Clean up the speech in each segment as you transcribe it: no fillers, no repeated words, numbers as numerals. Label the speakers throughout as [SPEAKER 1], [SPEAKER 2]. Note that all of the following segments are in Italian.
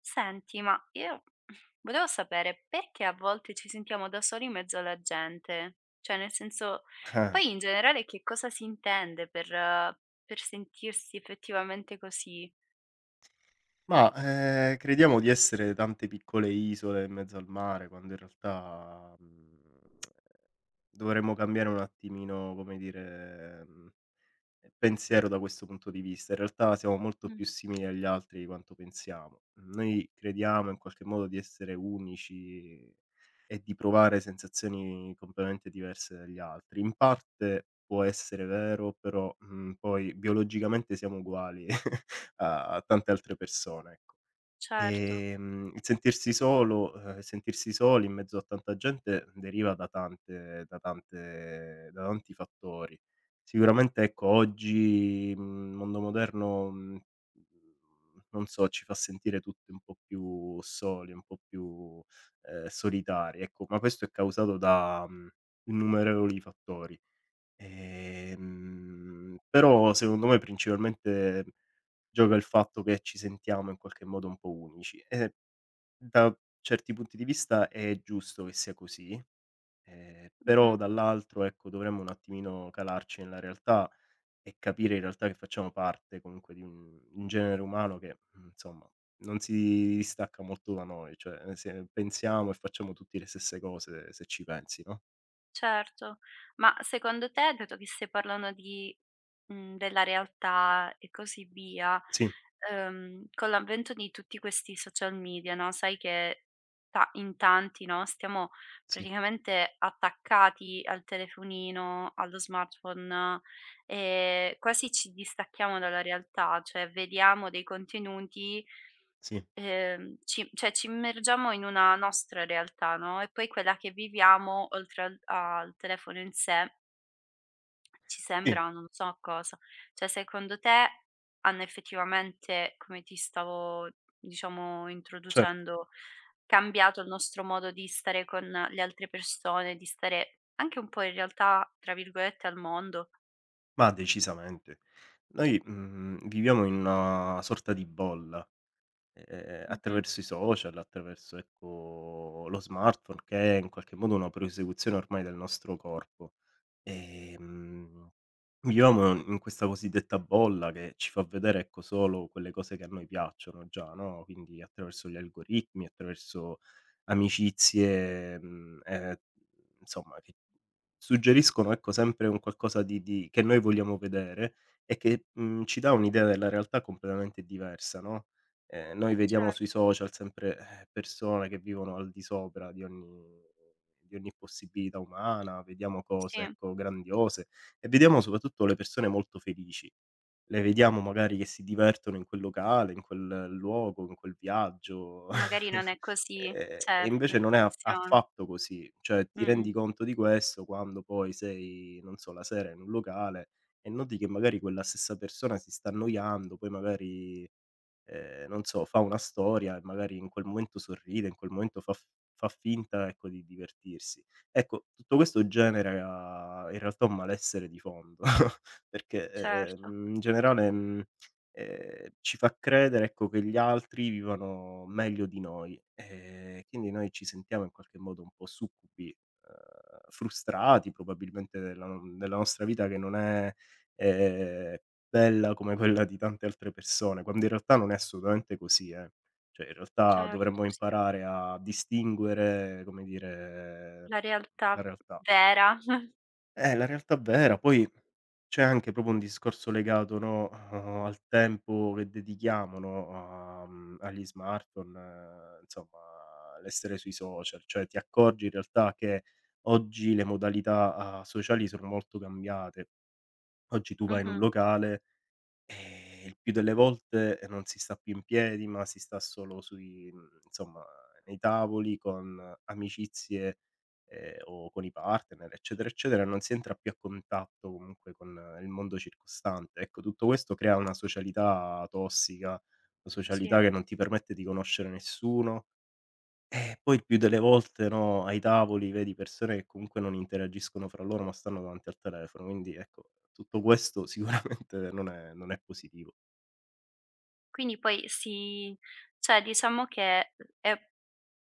[SPEAKER 1] Senti, ma io volevo sapere perché a volte ci sentiamo da soli in mezzo alla gente? Cioè, nel senso, poi in generale che cosa si intende per sentirsi effettivamente così?
[SPEAKER 2] Ma, crediamo di essere tante piccole isole in mezzo al mare, quando in realtà, dovremmo cambiare un attimino, come dire, pensiero da questo punto di vista. In realtà siamo molto
[SPEAKER 1] Mm.
[SPEAKER 2] più simili agli altri di quanto pensiamo. Noi crediamo in qualche modo di essere unici e di provare sensazioni completamente diverse dagli altri. In parte può essere vero, però, poi biologicamente siamo uguali a tante altre persone, ecco.
[SPEAKER 1] Certo.
[SPEAKER 2] Il sentirsi soli in mezzo a tanta gente deriva da tanti fattori. Sicuramente ecco oggi, mondo moderno, non so, ci fa sentire tutti un po' più soli, un po' più, solitari, ecco, ma questo è causato da, innumerevoli fattori. Però secondo me principalmente gioca il fatto che ci sentiamo in qualche modo un po' unici e da certi punti di vista è giusto che sia così,
[SPEAKER 1] Mhm.
[SPEAKER 2] però dall'altro, ecco, dovremmo un attimino calarci nella realtà e capire in realtà che facciamo parte comunque di un genere umano che, insomma non si distacca molto da noi, cioè se pensiamo e facciamo tutti le stesse cose se ci pensi, no?
[SPEAKER 1] Certo, ma secondo te, dato che stai parlando di della realtà e così via,
[SPEAKER 2] Sì,
[SPEAKER 1] con l'avvento di tutti questi social media, no? Sai che ta in tanti, no, stiamo
[SPEAKER 2] sì,
[SPEAKER 1] praticamente attaccati al telefonino, allo smartphone, e quasi ci distacchiamo dalla realtà, cioè vediamo dei contenuti
[SPEAKER 2] sì,
[SPEAKER 1] ci cioè ci immergiamo in una nostra realtà, no, e poi quella che viviamo oltre al telefono in sé ci
[SPEAKER 2] sì,
[SPEAKER 1] sembra non so cosa. Cioè secondo te hanno effettivamente, come ti stavo diciamo
[SPEAKER 2] certo,
[SPEAKER 1] introducendo, cambiato il nostro modo di stare con le altre persone, di stare anche un po' in realtà, tra virgolette, "al mondo"?
[SPEAKER 2] ma decisamente. Noi, viviamo in una sorta di bolla. Ehm,
[SPEAKER 1] Mh-mh.
[SPEAKER 2] attraverso i social, attraverso, ecco, lo smartphone che è in qualche modo una prosecuzione ormai del nostro corpo. Ehm, viviamo in questa cosiddetta bolla che ci fa vedere, ecco, solo quelle cose che a noi piacciono già, no, quindi attraverso gli algoritmi, attraverso amicizie, insomma che suggeriscono, ecco, sempre un qualcosa di che noi vogliamo vedere e che, ci dà un'idea della realtà completamente diversa, no, noi vediamo
[SPEAKER 1] Certo,
[SPEAKER 2] sui social sempre, persone che vivono al di sopra di ogni possibilità umana, vediamo cose,
[SPEAKER 1] sì.
[SPEAKER 2] ecco, grandiose e vediamo soprattutto le persone molto felici. Le vediamo magari che si divertono in quel locale, in quel luogo, in quel viaggio.
[SPEAKER 1] Magari non è così,
[SPEAKER 2] E
[SPEAKER 1] cioè è
[SPEAKER 2] invece non è a
[SPEAKER 1] finzione.
[SPEAKER 2] affatto così. Cioè, ti
[SPEAKER 1] Mh-mh.
[SPEAKER 2] rendi conto di questo quando poi sei, non so, la sera in un locale e noti che magari quella stessa persona si sta annoiando, poi magari, non so, fa una storia e magari in quel momento sorride, in quel momento fa finta, ecco, di divertirsi. Ecco, tutto questo genera in realtà un malessere di fondo perché,
[SPEAKER 1] Certo,
[SPEAKER 2] in generale, mhmm ci fa credere, ecco, che gli altri vivano meglio di noi. Quindi noi ci sentiamo in qualche modo un po' succubi, frustrati probabilmente della non della nostra vita che non è, ehm, bella come quella di tante altre persone, quando in realtà non è assolutamente così, eh. Cioè, in realtà dovremmo
[SPEAKER 1] certo, sì.
[SPEAKER 2] imparare a distinguere, come dire,
[SPEAKER 1] La realtà
[SPEAKER 2] la realtà.
[SPEAKER 1] vera.
[SPEAKER 2] La realtà vera. Poi c'è anche proprio un discorso legato, no, al tempo che dedichiamo, no, agli smartphone, insomma l'essere sui social. Cioè ti accorgi in realtà che oggi le modalità, sociali sono molto cambiate. Oggi tu vai in un
[SPEAKER 1] Mh-mh,
[SPEAKER 2] locale. Il più delle volte non si sta più in piedi, ma si sta solo insomma nei tavoli con amicizie, o con i partner, eccetera, eccetera, non si entra più a contatto comunque con il mondo circostante. Ecco, tutto questo crea una socialità tossica, una
[SPEAKER 1] sì.
[SPEAKER 2] socialità che non ti permette di conoscere nessuno. E poi il più delle volte, no, ai tavoli vedi persone che comunque non interagiscono fra loro, ma stanno davanti al telefono. Quindi ecco, tutto questo sicuramente non è positivo.
[SPEAKER 1] Quindi poi si cioè diciamo che è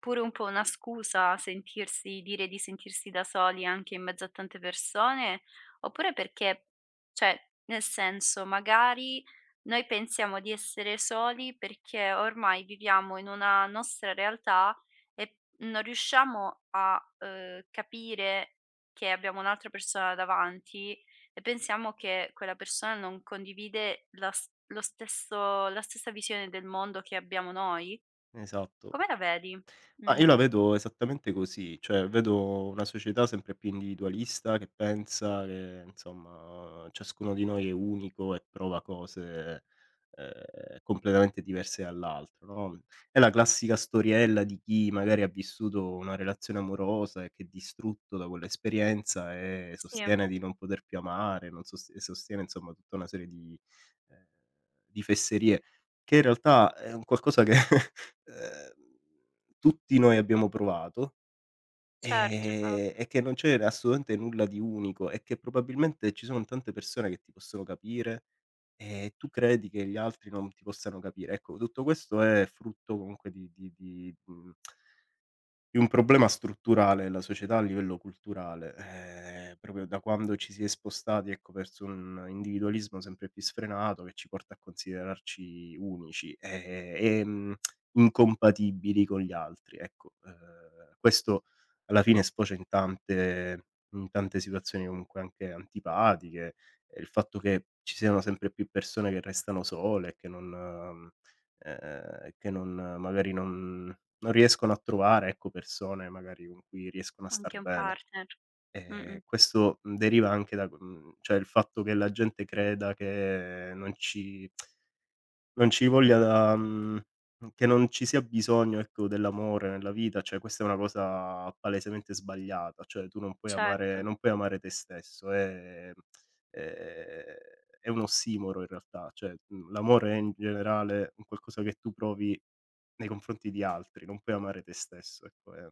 [SPEAKER 1] pure un po' una scusa sentirsi dire di sentirsi da soli anche in mezzo a tante persone, oppure perché cioè, nel senso, magari noi pensiamo di essere soli perché ormai viviamo in una nostra realtà e non riusciamo a, capire che abbiamo un'altra persona davanti e pensiamo che quella persona non condivide la s lo stesso la stessa visione del mondo che abbiamo noi.
[SPEAKER 2] Esatto.
[SPEAKER 1] Come la vedi?
[SPEAKER 2] Ma
[SPEAKER 1] Mh.
[SPEAKER 2] io la vedo esattamente così, cioè vedo una società sempre più individualista che pensa che, insomma, ciascuno di noi è unico e prova cose, completamente diverse dall'altro, no, è la classica storiella di chi magari ha vissuto una relazione amorosa e che è distrutto da quell'esperienza e
[SPEAKER 1] Sì,
[SPEAKER 2] sostiene di non poter più amare, non sost e sostiene insomma tutta una serie ehm, di fesserie, che in realtà è un qualcosa che, ehm tutti noi abbiamo provato,
[SPEAKER 1] certo, esatto,
[SPEAKER 2] e che non c'è assolutamente nulla di unico e che probabilmente ci sono tante persone che ti possono capire e tu credi che gli altri non ti possano capire. Ecco, tutto questo è frutto comunque di un problema strutturale la società a livello culturale, proprio da quando ci si è spostati, ecco, verso un individualismo sempre più sfrenato che ci porta a considerarci unici, e, incompatibili con gli altri, ecco. Questo alla fine sfocia in tante situazioni comunque anche antipatiche, e il fatto che ci siano sempre più persone che restano sole e che non magari non riescono a trovare, ecco, persone magari con cui riescono a star
[SPEAKER 1] anche un
[SPEAKER 2] bene.
[SPEAKER 1] partner.
[SPEAKER 2] Ehm,
[SPEAKER 1] Mh-mh.
[SPEAKER 2] questo, mhmm, deriva anche da cioè il fatto che la gente creda che non ci voglia che non ci sia bisogno, ecco, dell'amore nella vita, cioè questa è una cosa palesemente sbagliata, cioè tu non puoi amare
[SPEAKER 1] Certo,
[SPEAKER 2] non puoi amare te stesso, ehm, è un ossimoro in realtà, cioè, l'amore è in generale un qualcosa che tu provi nei confronti di altri, non puoi amare te stesso, ecco, è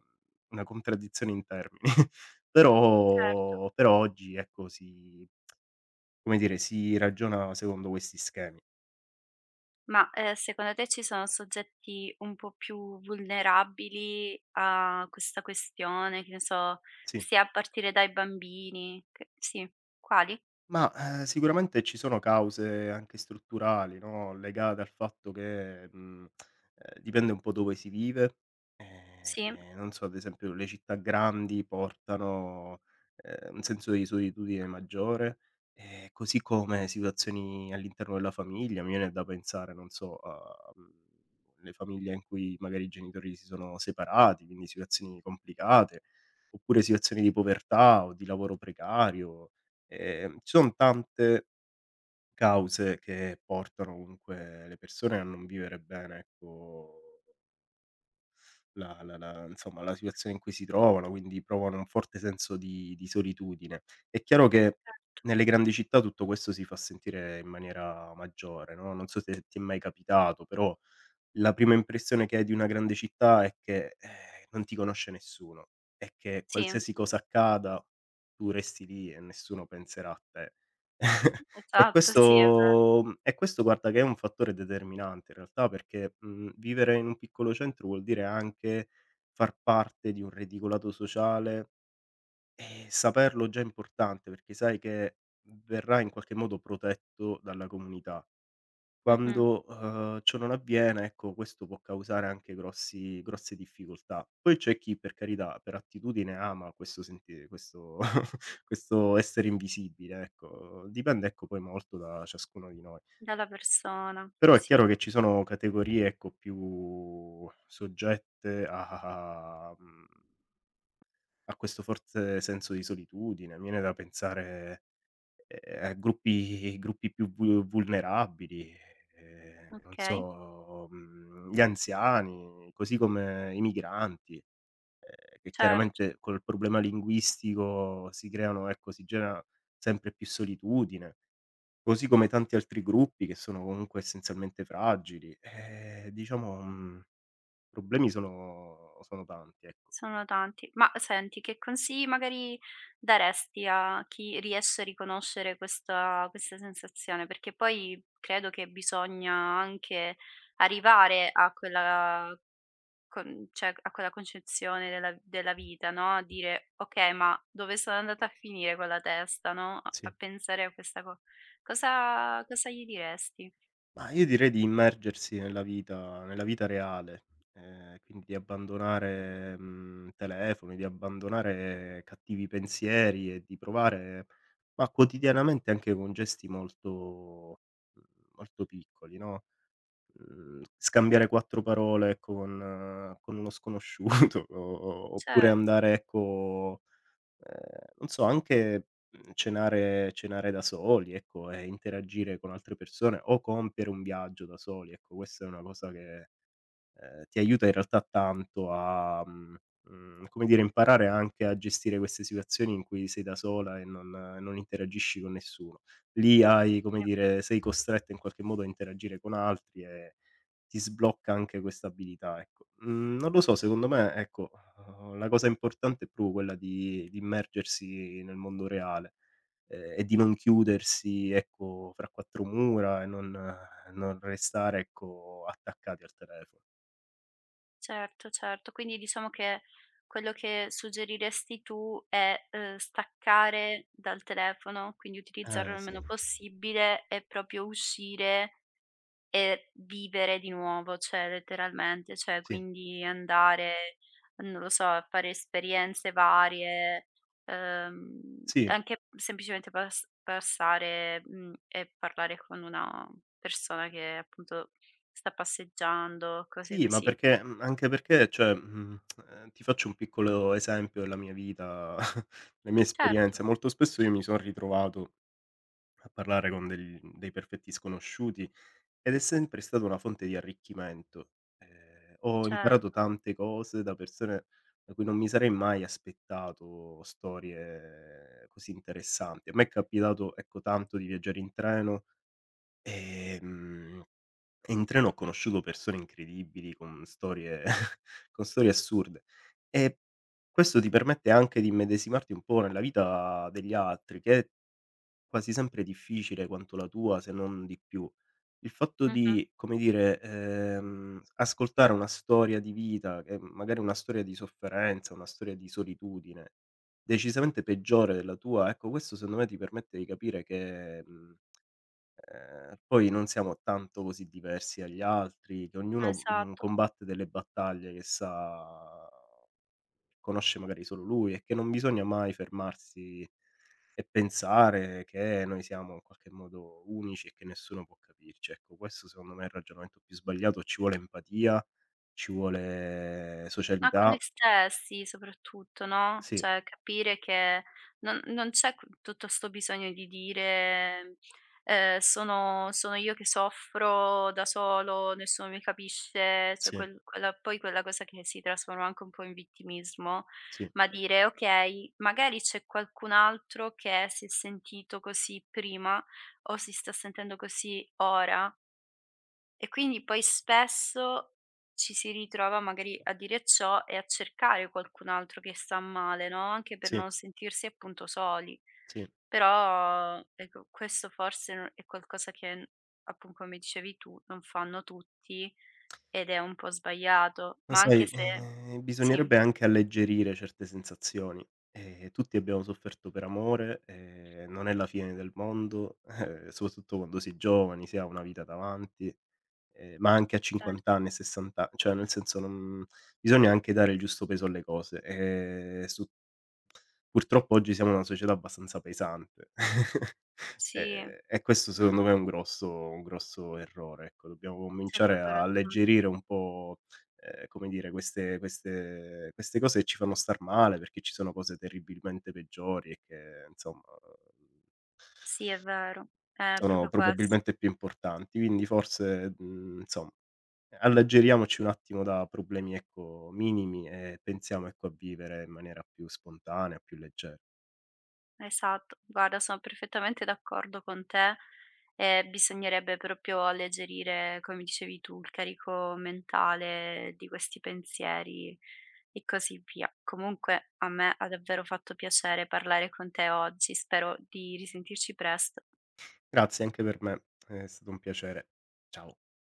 [SPEAKER 2] una contraddizione in termini.
[SPEAKER 1] certo.
[SPEAKER 2] Però oggi, ecco, come dire, si ragiona secondo questi schemi.
[SPEAKER 1] Ma, secondo te ci sono soggetti un po' più vulnerabili a questa questione, che ne so,
[SPEAKER 2] Sì.
[SPEAKER 1] sia a partire dai bambini che sì. Quali?
[SPEAKER 2] Mah, sicuramente ci sono cause anche strutturali, no, legate al fatto che, dipende un po' dove si vive.
[SPEAKER 1] Sì,
[SPEAKER 2] Non so, ad esempio le città grandi portano, un senso di solitudine maggiore, così come situazioni all'interno della famiglia. Mi viene da pensare, non so, a, le famiglie in cui magari i genitori si sono separati, quindi situazioni complicate, oppure situazioni di povertà o di lavoro precario. Ci son tante cause che portano comunque le persone a non vivere bene, ecco, la la la insomma, la situazione in cui si trovano, quindi provano un forte senso di solitudine. È chiaro che nelle grandi città tutto questo si fa sentire in maniera maggiore, no, non so se ti è mai capitato, però la prima impressione che hai di una grande città è che, non ti conosce nessuno e che
[SPEAKER 1] sì,
[SPEAKER 2] qualsiasi cosa accada tu resti lì e nessuno penserà a te. E
[SPEAKER 1] esatto, sì, è
[SPEAKER 2] questo mhmm, e questo guarda che è un fattore determinante in realtà perché, vivere in un piccolo centro vuol dire anche far parte di un reticolato sociale e saperlo già è importante perché sai che verrai in qualche modo protetto dalla comunità.
[SPEAKER 1] vero. Mh-mh.
[SPEAKER 2] Quando, ciò non avviene, ecco, questo può causare anche grossi grosse difficoltà. Poi c'è chi, per carità, per attitudine ama questo questo essere invisibile, ecco. Dipende, ecco, poi molto da ciascuno di noi.
[SPEAKER 1] Dalla persona,
[SPEAKER 2] Però è
[SPEAKER 1] sì,
[SPEAKER 2] chiaro che ci sono categorie, ecco, più soggette a a questo forte senso di solitudine. Mi viene da pensare a gruppi più vu vulnerabili, non
[SPEAKER 1] okay,
[SPEAKER 2] so, gli anziani, così come i migranti, che
[SPEAKER 1] cer.
[SPEAKER 2] chiaramente col problema linguistico si creano ecco, si genera sempre più solitudine, così come tanti altri gruppi che sono comunque essenzialmente fragili. Diciamo, problemi sono tanti, ecco.
[SPEAKER 1] Sono tanti. Ma senti, che consigli magari daresti a chi riesce a riconoscere questa questa sensazione? Perché poi credo che bisogna anche arrivare a quella con cioè a quella concezione della della vita, no, a dire: "Okay, ma dove sono andata a finire con la testa?" No, a a
[SPEAKER 2] Sì.
[SPEAKER 1] pensare a questa co, cosa cosa gli diresti?
[SPEAKER 2] Ma io direi di immergersi nella vita reale, quindi di abbandonare, telefoni, di abbandonare cattivi pensieri e di provare ma quotidianamente anche con gesti molto mhmm, molto piccoli, no, scambiare 4 parole con uno sconosciuto o oppure
[SPEAKER 1] Cioè
[SPEAKER 2] andare, ecco. Non so, anche, cenare da soli, ecco, e interagire con altre persone o compiere un viaggio da soli, ecco, questa è una cosa che ti aiuta in realtà tanto a, come dire, imparare anche a gestire queste situazioni in cui sei da sola e non interagisci con nessuno. Lì hai, come dire, sei costretta in qualche modo a interagire con altri e ti sblocca anche questa abilità, ecco. Mhmm, non lo so, secondo me, ecco, la cosa importante è proprio quella di immergersi nel mondo reale, e di non chiudersi, ecco, fra quattro mura e non restare, ecco, attaccati al telefono.
[SPEAKER 1] certo, certo. Quindi diciamo che quello che suggeriresti tu è, staccare dal telefono, quindi utilizzarlo il
[SPEAKER 2] Sì,
[SPEAKER 1] meno possibile e proprio uscire e vivere di nuovo, cioè letteralmente, cioè
[SPEAKER 2] sì,
[SPEAKER 1] quindi andare, non lo so, a fare esperienze varie,
[SPEAKER 2] sì,
[SPEAKER 1] anche semplicemente passare, e parlare con una persona che appunto sta passeggiando, cose
[SPEAKER 2] sì, ma
[SPEAKER 1] così.
[SPEAKER 2] anche perché cioè, ti faccio un piccolo esempio della mia vita, la mia
[SPEAKER 1] Certo.
[SPEAKER 2] esperienza. Molto spesso io mi son ritrovato a parlare con del dei perfetti sconosciuti ed è sempre stata una fonte di arricchimento. Ho imparato
[SPEAKER 1] Certo,
[SPEAKER 2] tante cose da persone da cui non mi sarei mai aspettato storie così interessanti. A me è capitato, ecco, tanto di viaggiare in treno. ehm E in treno ho conosciuto persone incredibili con storie con storie assurde. E questo ti permette anche di immedesimarti un po' nella vita degli altri, che è quasi sempre difficile quanto la tua, se non di più. Il fatto
[SPEAKER 1] mh-mh,
[SPEAKER 2] di, come dire, ascoltare una storia di vita, che magari una storia di sofferenza, una storia di solitudine, decisamente peggiore della tua, ecco questo secondo me ti permette di capire che, mhmm poi non siamo tanto così diversi dagli altri, che ognuno,
[SPEAKER 1] esatto.
[SPEAKER 2] combatte delle battaglie che sa conosce magari solo lui e che non bisogna mai fermarsi e pensare che noi siamo in qualche modo unici e che nessuno può capirci. Ecco, questo secondo me è il ragionamento più sbagliato, ci vuole empatia, ci vuole
[SPEAKER 1] Ma con noi
[SPEAKER 2] socialità.
[SPEAKER 1] stessi soprattutto, no,
[SPEAKER 2] Sì,
[SPEAKER 1] cioè capire che non c'è q tutto 'sto bisogno di dire, "Sono sono io che soffro da solo, nessuno mi capisce", cioè
[SPEAKER 2] sì,
[SPEAKER 1] quel quella poi quella cosa che si trasforma anche un po' in vittimismo,
[SPEAKER 2] sì,
[SPEAKER 1] ma dire: "Okay, magari c'è qualcun altro che si è sentito così prima o si sta sentendo così ora". E quindi poi spesso ci si ritrova magari a dire ciò e a cercare qualcun altro che sta male, no, anche per
[SPEAKER 2] sì,
[SPEAKER 1] non sentirsi appunto soli.
[SPEAKER 2] sì.
[SPEAKER 1] Però ecco, questo forse no è qualcosa che n appunto come dicevi tu, non fanno tutti ed è un po' sbagliato,
[SPEAKER 2] Ma
[SPEAKER 1] ma anche
[SPEAKER 2] sai,
[SPEAKER 1] se sì,
[SPEAKER 2] bisognerebbe anche alleggerire certe sensazioni. Tutti abbiamo sofferto per amore, non è la fine del mondo, soprattutto quando si è giovani, si ha una vita davanti, ma anche a
[SPEAKER 1] certo,
[SPEAKER 2] 50 anni, a 60 cioè nel senso non bisogna anche dare il giusto peso alle cose. Su Purtroppo oggi siamo una società abbastanza pesante
[SPEAKER 1] sì,
[SPEAKER 2] e questo secondo
[SPEAKER 1] mh-mh,
[SPEAKER 2] me è un grosso errore, ecco. Dobbiamo
[SPEAKER 1] c'hai
[SPEAKER 2] cominciare
[SPEAKER 1] proprio
[SPEAKER 2] a
[SPEAKER 1] ragione.
[SPEAKER 2] alleggerire un po', come dire, queste cose che ci fanno star male, perché ci sono cose terribilmente peggiori e che insomma
[SPEAKER 1] Sì, è vero, è
[SPEAKER 2] sono
[SPEAKER 1] proprio ques.
[SPEAKER 2] probabilmente più importanti. Quindi forse, insomma, alleggeriamoci un attimo da problemi, ecco, minimi e pensiamo, ecco, a vivere in maniera più spontanea. Più legge
[SPEAKER 1] Esatto, guarda sono perfettamente d'accordo con te, bisognerebbe proprio alleggerire, come dicevi tu, il carico mentale di questi pensieri e così via. Comunque a me ha davvero fatto piacere parlare con te oggi, spero di risentirci presto.
[SPEAKER 2] Grazie anche per me, è stato un piacere. Ciao.